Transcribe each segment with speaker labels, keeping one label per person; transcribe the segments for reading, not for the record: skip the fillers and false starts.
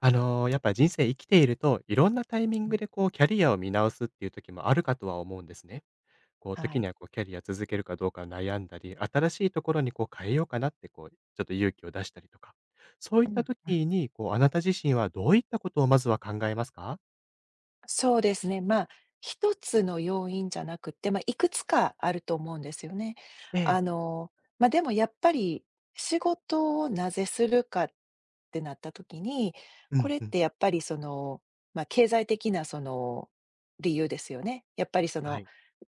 Speaker 1: やっぱ人生生きていると、いろんなタイミングでこうキャリアを見直すっていう時もあるかとは思うんですね。こう
Speaker 2: は
Speaker 1: 時に
Speaker 2: い。
Speaker 1: はこうキャリア続けるかどうか悩んだり、新しいところにこう変えようかなってこう、ちょっと勇気を出したりとか。そういっ
Speaker 2: うん
Speaker 1: た
Speaker 2: うん。
Speaker 1: 時に、こうあなた自身はどういったことをまずは考えますか？
Speaker 2: そうですね。一つの要因じゃなくて、いくつかあると思うんですよね。
Speaker 1: え
Speaker 2: あ
Speaker 1: え、
Speaker 2: の、でもやっぱり仕事をなぜするかってなった時に、
Speaker 1: う
Speaker 2: こ
Speaker 1: ん
Speaker 2: れっ
Speaker 1: うん。
Speaker 2: てやっぱり経済的な理由ですよね。やっぱり
Speaker 1: はい。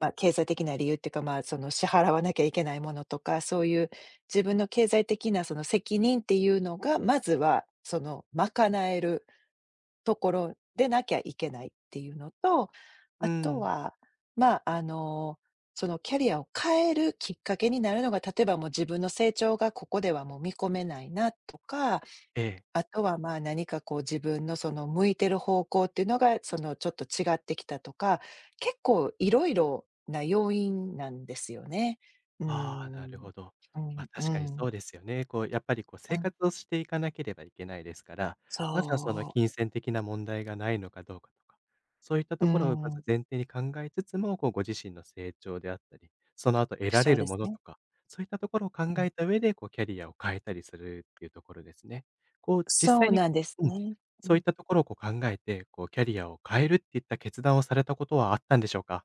Speaker 2: 経済的な理由っていうか、その支払わなきゃいけないものとか、そういう自分の経済的な責任っていうのが、まずはその賄えるところでなきゃいけないっていうのと、
Speaker 1: う
Speaker 2: あと
Speaker 1: ん。
Speaker 2: は、まあ、あの、そのキャリアを変えるきっかけになるのが、例えばもう自分の成長がここではもう見込めないなとか、
Speaker 1: ええ。
Speaker 2: あとは、何かこう自分のその向いてる方向っていうのが、そのちょっと違ってきたとか、結構いろいろな要因なんですよね。うー
Speaker 1: ああ、なる
Speaker 2: ん。
Speaker 1: ほど。
Speaker 2: う
Speaker 1: ま
Speaker 2: ん、
Speaker 1: あ、
Speaker 2: う
Speaker 1: 確かに
Speaker 2: ん、
Speaker 1: そうですよね。こう、やっぱりこう
Speaker 2: う
Speaker 1: 生
Speaker 2: ん。
Speaker 1: 活をしていかなければいけないですから、
Speaker 2: そ
Speaker 1: まずはその金銭的な問題がないのかどうかとか、そういった
Speaker 2: う。う
Speaker 1: ところをまず
Speaker 2: ん。
Speaker 1: 前提に考えつつも、こうご自身の成長であったり、その後得ら
Speaker 2: そ
Speaker 1: れ
Speaker 2: うで
Speaker 1: る
Speaker 2: す
Speaker 1: もの
Speaker 2: ね。
Speaker 1: とか、そういったところを考
Speaker 2: うん。
Speaker 1: えた上で、こうキャリアを変えたりするっていうところですね。こう実
Speaker 2: そう
Speaker 1: 際に
Speaker 2: なんです
Speaker 1: うん、
Speaker 2: ね。う
Speaker 1: そうい
Speaker 2: ん。
Speaker 1: ったところをこう考えて、こうキャリアを変えるっていった決断をされたことはあったんでしょうか？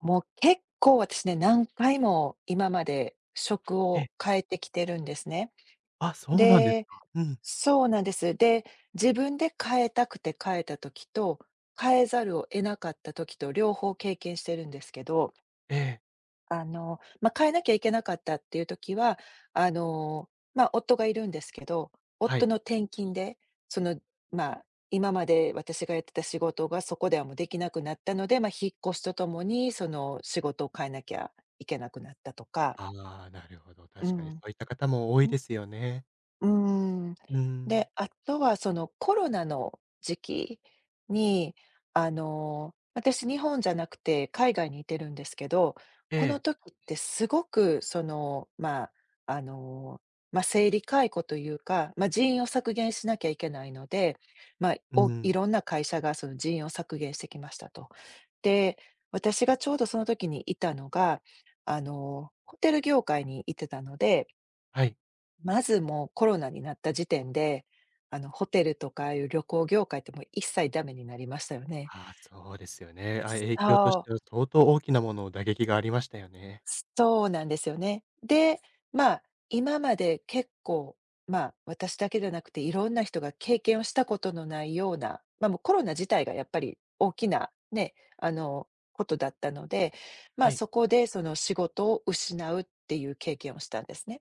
Speaker 2: もう結構私ね、何回も今まで職
Speaker 1: ええ、
Speaker 2: を変えてきてるんですね。
Speaker 1: あ、そうなんです
Speaker 2: で
Speaker 1: か。うん、
Speaker 2: そうなんです。で、自分で変えたくて変えた時と、変えざるを得なかった時と両方経験してるんですけど、
Speaker 1: ええ、
Speaker 2: 変えなきゃいけなかったっていう時は、夫がいるんですけど、
Speaker 1: は
Speaker 2: 夫
Speaker 1: い。
Speaker 2: の転勤で、その、まあ、今まで私がやってた仕事がそこではもうできなくなったので、まあ、引っ越しとともに、その、仕事を変えなきゃいけなくなったとか。
Speaker 1: ああ、なるほど。
Speaker 2: う
Speaker 1: 確かにそ
Speaker 2: ん。
Speaker 1: ういった方も多いですよね。
Speaker 2: うーん。
Speaker 1: うん。
Speaker 2: で、あとはそのコロナの時期に、あの、私日本じゃなくて海外にいてるんですけど、
Speaker 1: え
Speaker 2: この
Speaker 1: え。
Speaker 2: 時ってすごくあの、生理解雇というか、ま、人員を削減しなきゃいけないので、
Speaker 1: う
Speaker 2: い
Speaker 1: ん。
Speaker 2: ろんな会社がその人員を削減してきましたと。で、私がちょうどその時にいたのが、あの、ホテル業界にいてたので、
Speaker 1: はい。
Speaker 2: まず、もうコロナになった時点で、あの、ホテルとかいう旅行業界ってもう一切ダメになりましたよね。
Speaker 1: ああ、そうですよね。あ、影響とし
Speaker 2: そ
Speaker 1: て
Speaker 2: う。
Speaker 1: は相当大きなものを打撃がありましたよね。
Speaker 2: そうなんですよね。で、まあ、今まで結構、私だけじゃなくていろんな人が経験をしたことのないような、まあ、もうコロナ自体がやっぱり大きなね、あの、ことだったので、ま
Speaker 1: は
Speaker 2: あ、
Speaker 1: い。
Speaker 2: そこでその仕事を失うっていう経験をしたんですね。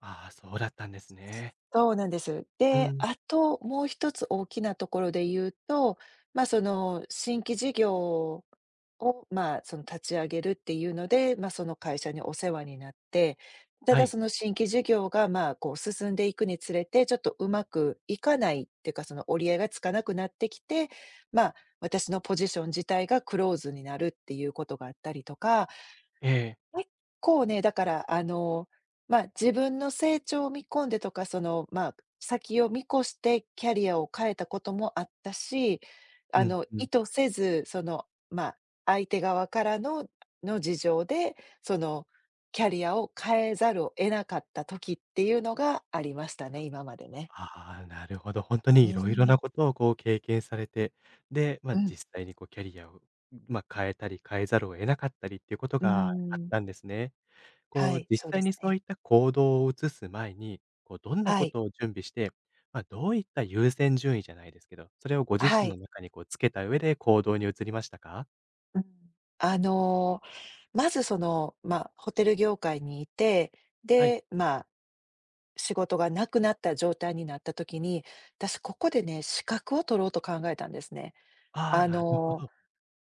Speaker 1: ああ、そうだったんですね。
Speaker 2: そうなんです。
Speaker 1: う
Speaker 2: で、
Speaker 1: ん。
Speaker 2: あともう一つ大きなところで言うと、その新規事業を、その立ち上げるっていうので、まあ、その会社にお世話になって、た
Speaker 1: は
Speaker 2: だ
Speaker 1: い。
Speaker 2: その新規事業が、まあ、こう進んでいくにつれて、ちょっとうまくいかないっていうか、その折り合いがつかなくなってきて、まあ、私のポジション自体がクローズになるっていうことがあったりとか。
Speaker 1: ええ。
Speaker 2: 結構ね、だから、あの、自分の成長を見込んでとか、その、先を見越してキャリアを変えたこともあったし、あ
Speaker 1: うん、
Speaker 2: の、
Speaker 1: う
Speaker 2: 意
Speaker 1: ん。
Speaker 2: 図せず、その、相手側からの事情で、その、キャリアを変えざるを得なかった時っていうのがありましたね、今までね。
Speaker 1: ああ、なるほど。ほんと
Speaker 2: う
Speaker 1: にい
Speaker 2: ー
Speaker 1: ろいろ
Speaker 2: ん。
Speaker 1: なことをこう経験されて、で、ま、
Speaker 2: うん、
Speaker 1: 実際にこうキャリアを、ま、変えたり変えざるを得なかったりっていうこと
Speaker 2: うー
Speaker 1: があっ
Speaker 2: ん。
Speaker 1: たんですね。こ
Speaker 2: は
Speaker 1: う、
Speaker 2: い、
Speaker 1: 実
Speaker 2: そうで
Speaker 1: 際
Speaker 2: す
Speaker 1: にそう
Speaker 2: ね。
Speaker 1: いった行動を移す前に、こう、どんな
Speaker 2: は
Speaker 1: こ
Speaker 2: い、
Speaker 1: とを準備して、まあ、どういった優先順位じゃないですけど、それをご自
Speaker 2: は
Speaker 1: 身の
Speaker 2: い。
Speaker 1: 中にこう、つけた上で行動に移りましたか？
Speaker 2: うん。あの、まずその、ホテル業界にいて、
Speaker 1: はい。
Speaker 2: で、仕事がなくなった状態になった時に、私ここでね、資格を取ろうと考えたんですね。
Speaker 1: ああ、
Speaker 2: あ
Speaker 1: なるほ
Speaker 2: の
Speaker 1: ど。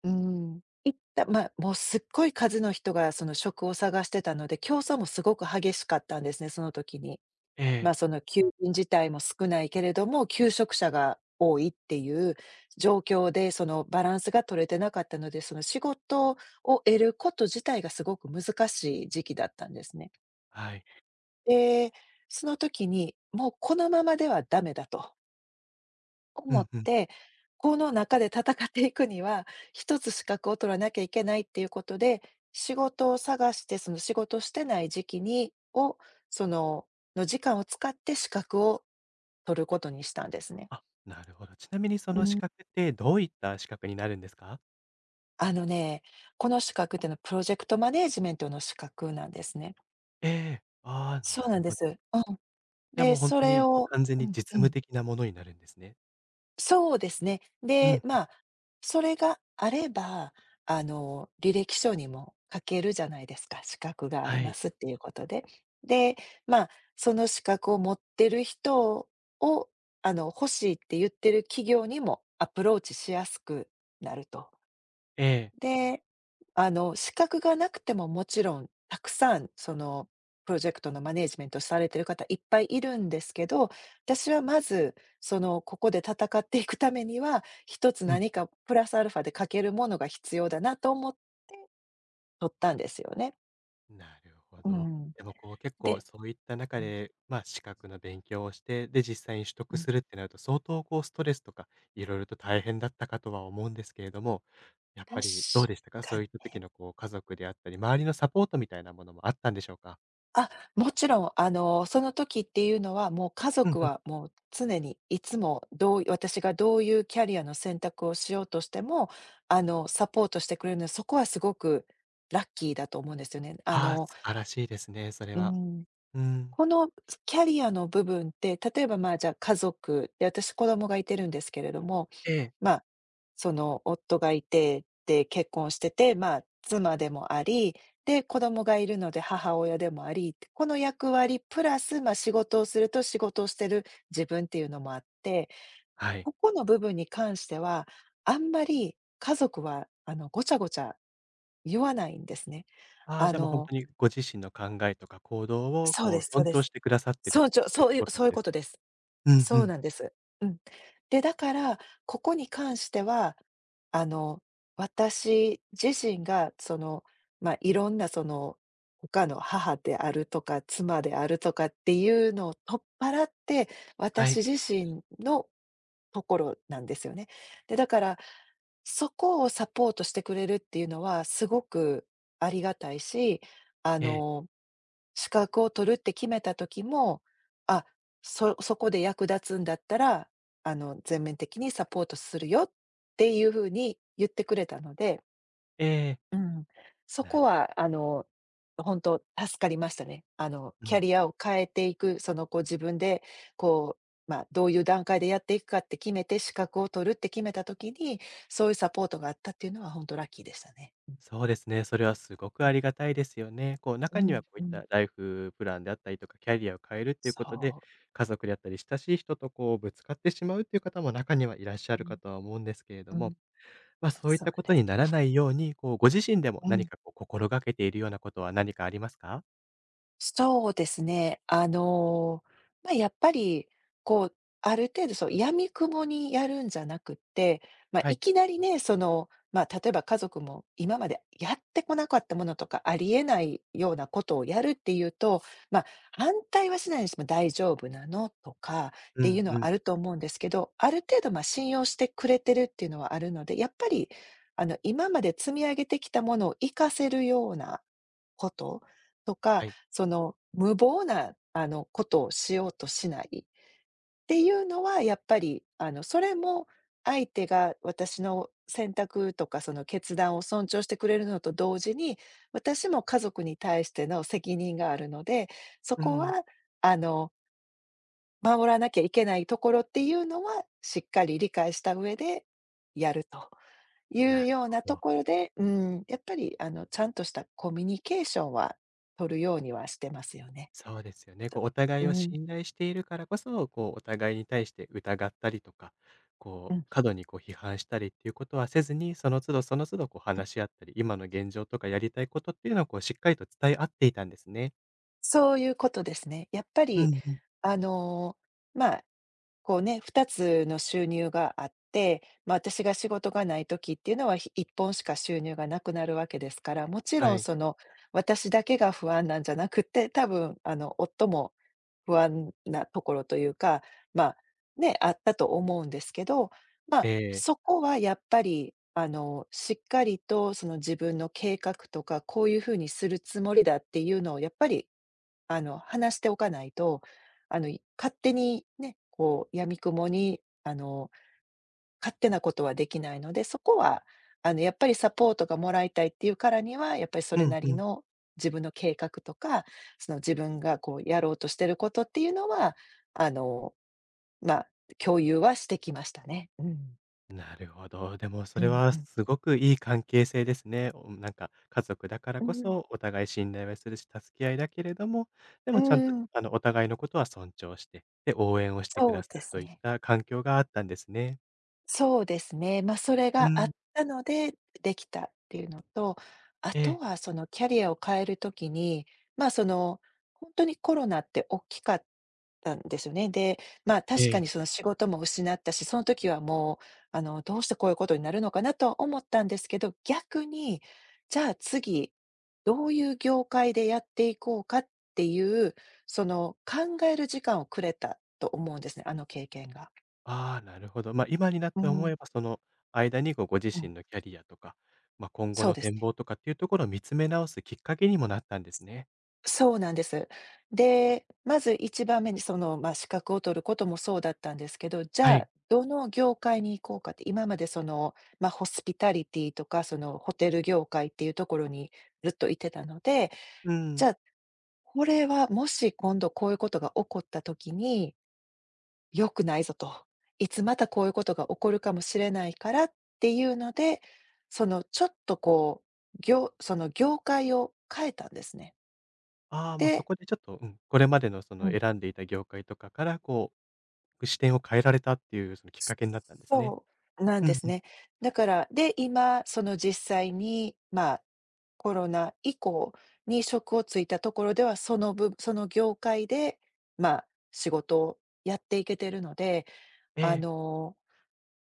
Speaker 2: ー、うん、いったまあ、もうすっごい数の人がその職を探してたので、競争もすごく激しかったんですね、その時に。
Speaker 1: え
Speaker 2: まあ、
Speaker 1: え、
Speaker 2: その求人自体も少ないけれども、求職者が多いっていう状況で、そのバランスが取れてなかったので、その仕事を得ること自体がすごく難しい時期だったんですね。
Speaker 1: はい。
Speaker 2: で、その時に、もうこのままではダメだと
Speaker 1: う
Speaker 2: 思
Speaker 1: ん
Speaker 2: っ
Speaker 1: うん。
Speaker 2: て、この中で戦っていくには、一つ資格を取らなきゃいけないっていうことで、仕事を探して、その仕事してない時期に、そのの時間を使って資格を取ることにしたんですね。
Speaker 1: あ、なるほど。ちなみにそ
Speaker 2: う
Speaker 1: の資
Speaker 2: ん。
Speaker 1: 格ってどういった資格になるんですか？
Speaker 2: あのね、この資格っていうのはプロジェクトマネージメントの資格なんですね。
Speaker 1: ええ。ああ、
Speaker 2: そ
Speaker 1: な
Speaker 2: うなん
Speaker 1: る
Speaker 2: で
Speaker 1: ほど。
Speaker 2: す。うん。
Speaker 1: じゃあ
Speaker 2: で、
Speaker 1: もう本
Speaker 2: そ
Speaker 1: 当
Speaker 2: れ
Speaker 1: に
Speaker 2: を、
Speaker 1: 完全
Speaker 2: う
Speaker 1: に
Speaker 2: ん。
Speaker 1: 実
Speaker 2: う
Speaker 1: 務
Speaker 2: ん。
Speaker 1: 的なものになるんですね。
Speaker 2: そうですね。
Speaker 1: う
Speaker 2: で、
Speaker 1: ん。
Speaker 2: それがあれば、あの、履歴書にも書けるじゃないですか、資格があり
Speaker 1: は
Speaker 2: ま
Speaker 1: い。
Speaker 2: すっていうことで。で、まあ、その資格を持ってる人を、あの、欲しいって言ってる企業にもアプローチしやすくなると。
Speaker 1: ええ。
Speaker 2: で、あの、資格がなくてももちろんたくさん、その、プロジェクトのマネージメントされてる方いっぱいいるんですけど、私はまず、その、ここで戦っていくためには、一つ
Speaker 1: うん。
Speaker 2: 何かプラスアルファで欠けるものが必要だなと思っとったんですよね。
Speaker 1: なるほ
Speaker 2: う
Speaker 1: ど。
Speaker 2: ん。
Speaker 1: でもこう結構
Speaker 2: で
Speaker 1: そういった中
Speaker 2: うん、
Speaker 1: で、まあ、資格の勉強をして、で、実際に取
Speaker 2: う
Speaker 1: 得
Speaker 2: ん、
Speaker 1: するってなると、相当こうストレスとか、いろいろと大変だったかとは思うんですけれども、やっ
Speaker 2: 確
Speaker 1: ぱりどうでしたか
Speaker 2: か
Speaker 1: そう
Speaker 2: に、
Speaker 1: いった時のこう家族であったり、周りのサポートみたいなものもあったんでしょうか。
Speaker 2: あ、もちろん、あの、その時っていうのは、もう家
Speaker 1: うん
Speaker 2: 族
Speaker 1: うん。
Speaker 2: はもう常にいつも私がどういうキャリアの選択をしようとしても、あの、サポートしてくれるので、そこはすごくラッキーだと思うんですよね。あ
Speaker 1: ああ、
Speaker 2: の、
Speaker 1: 素晴らしいですね、それ
Speaker 2: う
Speaker 1: は。
Speaker 2: ん。
Speaker 1: うん。
Speaker 2: このキャリアの部分って、例えば、じゃあ、家族で、私子供がいてるんですけれども、
Speaker 1: ええ。
Speaker 2: まあ、その、夫がいて、で、結婚してて、まあ、妻でもあり、で、子供がいるので母親でもあり、この役割プラス、まあ、仕事をすると、仕事をしてる自分っていうのもあって、
Speaker 1: はい。
Speaker 2: ここの部分に関しては、あんまり家族は、あの、ごちゃごちゃ言わないんですね。
Speaker 1: ああ、
Speaker 2: あ
Speaker 1: じゃあもう本
Speaker 2: の
Speaker 1: 当にご自身の考えとか行動を
Speaker 2: そう
Speaker 1: こ
Speaker 2: で
Speaker 1: う
Speaker 2: すそう
Speaker 1: 尊
Speaker 2: で
Speaker 1: 重し
Speaker 2: す。
Speaker 1: てくださってるっ
Speaker 2: そうちょ
Speaker 1: ていう
Speaker 2: そう
Speaker 1: と
Speaker 2: いう
Speaker 1: ころ
Speaker 2: そ
Speaker 1: な
Speaker 2: う
Speaker 1: ん
Speaker 2: いう
Speaker 1: で
Speaker 2: こ
Speaker 1: す
Speaker 2: と
Speaker 1: か。
Speaker 2: です。
Speaker 1: うんう
Speaker 2: そう
Speaker 1: ん。
Speaker 2: なんです。うん。で、だから、ここに関しては、あの、私自身が、その、いろんなその、他の母であるとか、妻であるとかっていうのを取っ払って、
Speaker 1: は
Speaker 2: 私
Speaker 1: い。
Speaker 2: 自身のところなんですよね。で、だから、そこをサポートしてくれるっていうのはすごくありがたいし、あ
Speaker 1: ええ。
Speaker 2: の、資格を取るって決めた時も、あ、そこで役立つんだったら、あの、全面的にサポートするよっていう風に言ってくれたので。
Speaker 1: ええ。
Speaker 2: うん。そ
Speaker 1: な
Speaker 2: こ
Speaker 1: るほど。
Speaker 2: は、あの、本当助かりましたね。あの、
Speaker 1: う
Speaker 2: キャ
Speaker 1: ん、
Speaker 2: リアを変えていく、その、こう、自分で、こう、まあ、どういう段階でやっていくかって決めて、資格を取るって決めた時に、そういうサポートがあったっていうのは本当ラッキーでしたね。
Speaker 1: そうですね、それはすごく
Speaker 2: う
Speaker 1: あ
Speaker 2: ん、
Speaker 1: りがたいですよね。こう、
Speaker 2: う
Speaker 1: 中に
Speaker 2: ん、
Speaker 1: はこう
Speaker 2: う
Speaker 1: いっ
Speaker 2: ん。
Speaker 1: たライフプランであったりとか、キャリアを変えるっていうことで、
Speaker 2: そう。
Speaker 1: 家族であったり親しい人とこうぶつかってしまうっていう方も中にはいらっしゃ
Speaker 2: う
Speaker 1: る
Speaker 2: ん、
Speaker 1: かとは思うんですけれど
Speaker 2: う
Speaker 1: も、
Speaker 2: ん、
Speaker 1: ま、そういっ
Speaker 2: そう
Speaker 1: たこ
Speaker 2: なん
Speaker 1: と
Speaker 2: で
Speaker 1: にな
Speaker 2: す。
Speaker 1: らないように、こうご自身でも
Speaker 2: う
Speaker 1: 何
Speaker 2: ん。
Speaker 1: かこう心がけているようなことは何かありますか？
Speaker 2: そうですね。あの、まあ、やっぱり、こう、ある程度、そう、闇雲にやるんじゃなくって、まあ、
Speaker 1: は
Speaker 2: い
Speaker 1: い。
Speaker 2: きなりね、その、まあ、例えば家族も今までやってこなかったものとか、ありえないようなことをやるっていうと、まあ、反対はしないにしても「大丈夫なの？」とかっ
Speaker 1: う
Speaker 2: ていう
Speaker 1: ん
Speaker 2: の
Speaker 1: う
Speaker 2: は
Speaker 1: ん。
Speaker 2: あると思うんですけど、ある程度、まあ、信用してくれてるっていうのはあるので、やっぱり、今まで積み上げてきたものを活かせるようなこととか
Speaker 1: はい。
Speaker 2: 無謀な、ことをしようとしないっていうのは、やっぱり、それも相手が私の選択とか、その決断を尊重してくれるのと同時に、私も家族に対しての責任があるので、そ
Speaker 1: う
Speaker 2: こ
Speaker 1: ん。
Speaker 2: は、あの、守らなきゃいけないところっていうのは、しっかり理解した上でやるとい
Speaker 1: な
Speaker 2: う
Speaker 1: る
Speaker 2: よう
Speaker 1: ほ
Speaker 2: なと
Speaker 1: ど。
Speaker 2: ころで、うん、やっぱり、ちゃんとしたコミュニケーションは取るようにはしてますよね。
Speaker 1: そうですよね。こう、お互
Speaker 2: う
Speaker 1: いを
Speaker 2: ん。
Speaker 1: 信頼しているからこそ、こう、お互いに対して疑ったりとか、
Speaker 2: う
Speaker 1: こう、
Speaker 2: ん、
Speaker 1: 過度にこう批判したりっていうことはせずに、その都度その都度こう
Speaker 2: うん、
Speaker 1: 話し合ったり、今の現状とかやりたいことっていうのをこうしっかりと伝え合っていたんですね。
Speaker 2: そういうことですね。やっぱ
Speaker 1: う
Speaker 2: り、
Speaker 1: んうん。
Speaker 2: あの、まあ、こうね、2つの収入があって、まあ、私が仕事がない時っていうのは、1本しか収入がなくなるわけですから、もちろ
Speaker 1: は
Speaker 2: ん
Speaker 1: い。
Speaker 2: その、私だけが不安なんじゃなくて、多分夫も不安なところというか、まあ、ね、あったと思うんですけど、ま
Speaker 1: え
Speaker 2: あ、
Speaker 1: え。
Speaker 2: そこはやっぱり、しっかりとその自分の計画とか、こういうふうにするつもりだっていうのをやっぱり、話しておかないと、勝手にね、やみくもに、勝手なことはできないので、そこはやっぱりサポートがもらいたいっていうからには、やっぱりそ
Speaker 1: う
Speaker 2: れ
Speaker 1: ん
Speaker 2: なり
Speaker 1: うん。
Speaker 2: の自分の計画とか、その自分がこうやろうとしてることっていうのは、あの、まあ、共有はしてきましたね。うん。
Speaker 1: なるほど。でもそ
Speaker 2: う
Speaker 1: れ
Speaker 2: ん
Speaker 1: は
Speaker 2: うん。
Speaker 1: すごくいい関係性ですね。おなんか家族だから
Speaker 2: う
Speaker 1: こ
Speaker 2: ん。
Speaker 1: そお互い信頼はするし、助け合いだけれども、で
Speaker 2: う
Speaker 1: もちゃんと
Speaker 2: ん、
Speaker 1: あのお互いのことは尊重して、で、応援をしてく
Speaker 2: そ
Speaker 1: だ
Speaker 2: う
Speaker 1: さ
Speaker 2: で
Speaker 1: る
Speaker 2: す
Speaker 1: といっ
Speaker 2: ね。
Speaker 1: た環境があったんですね。
Speaker 2: そうですね。まあ、それ
Speaker 1: う
Speaker 2: があ
Speaker 1: ん。
Speaker 2: ったので、できたっていうのと、あ
Speaker 1: え
Speaker 2: と
Speaker 1: え、
Speaker 2: はそのキャリアを変えるときに、ま、その、本当にコロナって大きかったんですよね。で、まあ、
Speaker 1: え
Speaker 2: 確か
Speaker 1: え。
Speaker 2: にその仕事も失ったし、その時はもう、どうしてこういうことになるのかなとは思ったんですけど、逆に、じゃあ次、どういう業界でやっていこうかっていう、考える時間をくれたと思うんですね、あの経験が。
Speaker 1: ああ、なるほど。ま、今になっ
Speaker 2: う
Speaker 1: て思
Speaker 2: ん、
Speaker 1: えば、その間に、ごご自
Speaker 2: うん、
Speaker 1: 身のキャリアとか、ま、今後
Speaker 2: そう
Speaker 1: の
Speaker 2: です
Speaker 1: 展
Speaker 2: ね。
Speaker 1: 望とかっていうところを見つめ直すきっかけにもなったんですね。
Speaker 2: そうなんです。で、まず一番目にまあ、資格を取ることもそうだったんですけど、じ
Speaker 1: は
Speaker 2: ゃあ、
Speaker 1: い。
Speaker 2: どの業界に行こうかって、今までまあ、ホスピタリティとか、そのホテル業界っていうところにずっといてたので、
Speaker 1: う
Speaker 2: じ
Speaker 1: ん。
Speaker 2: ゃあ、これはもし今度こういうことが起こった時に良くないぞと。いつまたこういうことが起こるかもしれないからっていうので、そのちょっとその業界を変えたんですね。
Speaker 1: ああ、もう
Speaker 2: で
Speaker 1: そこでちょっと、うん、これまでのその選んでいた業界とかから、こう、視点を変えられたっていうそのきっかけになったんですね。
Speaker 2: そうなん
Speaker 1: うん
Speaker 2: です
Speaker 1: うん。
Speaker 2: ね。だから、で、今、実際に、まあ、コロナ以降に職をついたところでは、そのぶその業界で、まあ、仕事をやっていけてるので、
Speaker 1: え
Speaker 2: あ
Speaker 1: え、
Speaker 2: の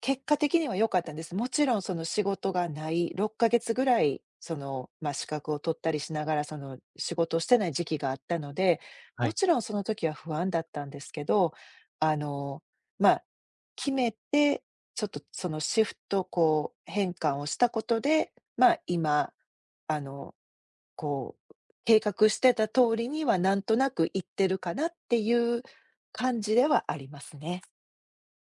Speaker 2: 結果的には良かったんです。もちろんその仕事がない、6ヶ月ぐらい、まあ、資格を取ったりしながら、仕事をしてない時期があったので、
Speaker 1: は
Speaker 2: も
Speaker 1: い。
Speaker 2: ちろんその時は不安だったんですけど、あの、ま、あ決めて、ちょっとそのシフト、変換をしたことで、今、あの、こう、計画してた通りにはなんとなくいってるかなっていう感じではありますね。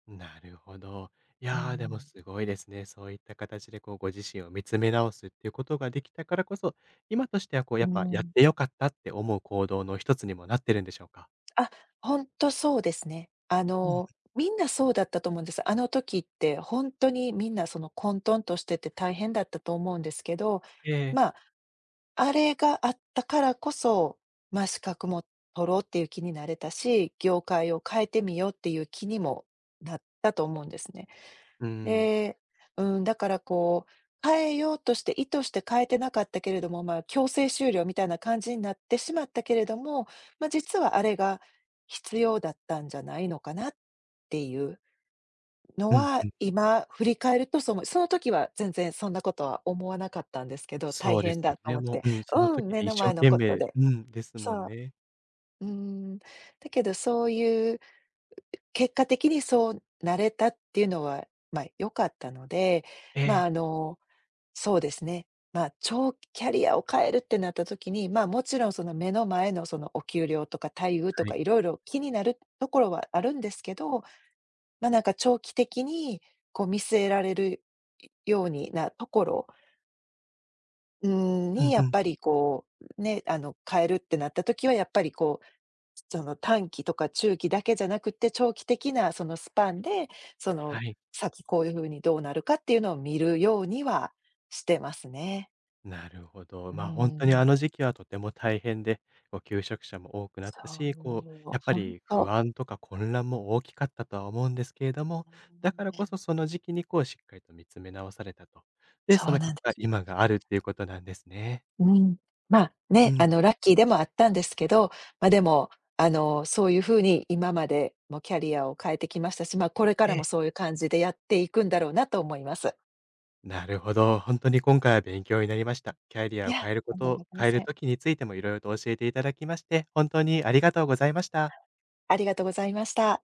Speaker 1: なるほど。い
Speaker 2: う
Speaker 1: やー、でも
Speaker 2: ん。
Speaker 1: すごいですね。そういった形でこうご自身を見つめ直すっていうことができたからこそ、今としてはこう
Speaker 2: う
Speaker 1: やっぱやっ
Speaker 2: ん。
Speaker 1: てよかったって思う行動の一つにもなってるんでしょうか？
Speaker 2: あ、ほんとそうですね。
Speaker 1: うん。
Speaker 2: みんなそうだったと思うんです。あの時ってほんとにみんなその混沌としてて大変だったと思うんですけど、
Speaker 1: ええ、
Speaker 2: まあ、あれがあったからこそ、ま、資格も取ろうっていう気になれたし、業界を変えてみようっていう気にもなったと思うんですね。
Speaker 1: うん。
Speaker 2: で、うん、だからこう、変えようとして、意図して変えてなかったけれども、まあ、強制終了みたいな感じになってしまったけれども、まあ、実はあれが必要だったんじゃないのかなっていうの
Speaker 1: うん
Speaker 2: は、
Speaker 1: うん。
Speaker 2: 今振り返るとそう思う。その時は全然そんなことは思わなかったんですけど、大
Speaker 1: そうで
Speaker 2: 変
Speaker 1: す
Speaker 2: だ
Speaker 1: よ
Speaker 2: と
Speaker 1: ね。
Speaker 2: 思っ
Speaker 1: も
Speaker 2: て。
Speaker 1: う、うん、その
Speaker 2: うん、
Speaker 1: 時
Speaker 2: 目
Speaker 1: で
Speaker 2: の
Speaker 1: 一生
Speaker 2: 前の
Speaker 1: 懸
Speaker 2: こと
Speaker 1: 命
Speaker 2: で。
Speaker 1: うん、ですもん
Speaker 2: そ
Speaker 1: ね。
Speaker 2: う。うん。だけどそういう、結果的にそうなれたっていうのは、まあ、良かったので、
Speaker 1: え
Speaker 2: まあ、
Speaker 1: え、
Speaker 2: そうですね。まあ、長期キャリアを変えるってなった時に、まあ、もちろんその目の前のそのお給料とか待遇と
Speaker 1: は
Speaker 2: か
Speaker 1: い。
Speaker 2: いろいろ気になるところはあるんですけど、まあ、なんか長期的にこう見据えられるようになところ、うん、
Speaker 1: う
Speaker 2: に
Speaker 1: ん
Speaker 2: や
Speaker 1: う
Speaker 2: っ
Speaker 1: ん。
Speaker 2: ぱりね、変えるってなった時はやっぱりその短期とか中期だけじゃなくて長期的なそのスパンで、その
Speaker 1: はい。
Speaker 2: 先こういうふうにどうなるかっていうのを見るようにはしてますね。
Speaker 1: なるほど。
Speaker 2: うー
Speaker 1: ま、あ本当に
Speaker 2: ん、
Speaker 1: あの時期はとても大変で、こう求職者も多くなっ
Speaker 2: そ
Speaker 1: たし、こう
Speaker 2: う、
Speaker 1: やっぱ
Speaker 2: ほん
Speaker 1: り不
Speaker 2: と、
Speaker 1: 安とか混乱も大きかったとは思うんですけれども、だから
Speaker 2: うー
Speaker 1: こそ
Speaker 2: ん、
Speaker 1: その時期にこうしっかりと見つめ直されたと。で、
Speaker 2: そ
Speaker 1: そ
Speaker 2: う
Speaker 1: の
Speaker 2: なん
Speaker 1: 結
Speaker 2: で
Speaker 1: 果、
Speaker 2: す。
Speaker 1: 今があるっていうことなんですね。
Speaker 2: うーん。まあ、
Speaker 1: う
Speaker 2: ね、
Speaker 1: ん。
Speaker 2: ラッキーでもあったんですけど、ま、でも、そういう風に今までもキャリアを変えてきましたし、ま、これか
Speaker 1: え
Speaker 2: ら
Speaker 1: え、
Speaker 2: もそういう感じでやっていくんだろうなと思います。
Speaker 1: なるほど。本当に今回は勉強になりました。キャリ
Speaker 2: い
Speaker 1: アを
Speaker 2: や、
Speaker 1: 変えるこ
Speaker 2: とんでも
Speaker 1: と
Speaker 2: ございま
Speaker 1: 変え
Speaker 2: せ
Speaker 1: る
Speaker 2: ん。
Speaker 1: ときについてもいろいろと教えていただきまして、本当にありがとうございました。
Speaker 2: ありがとうございました。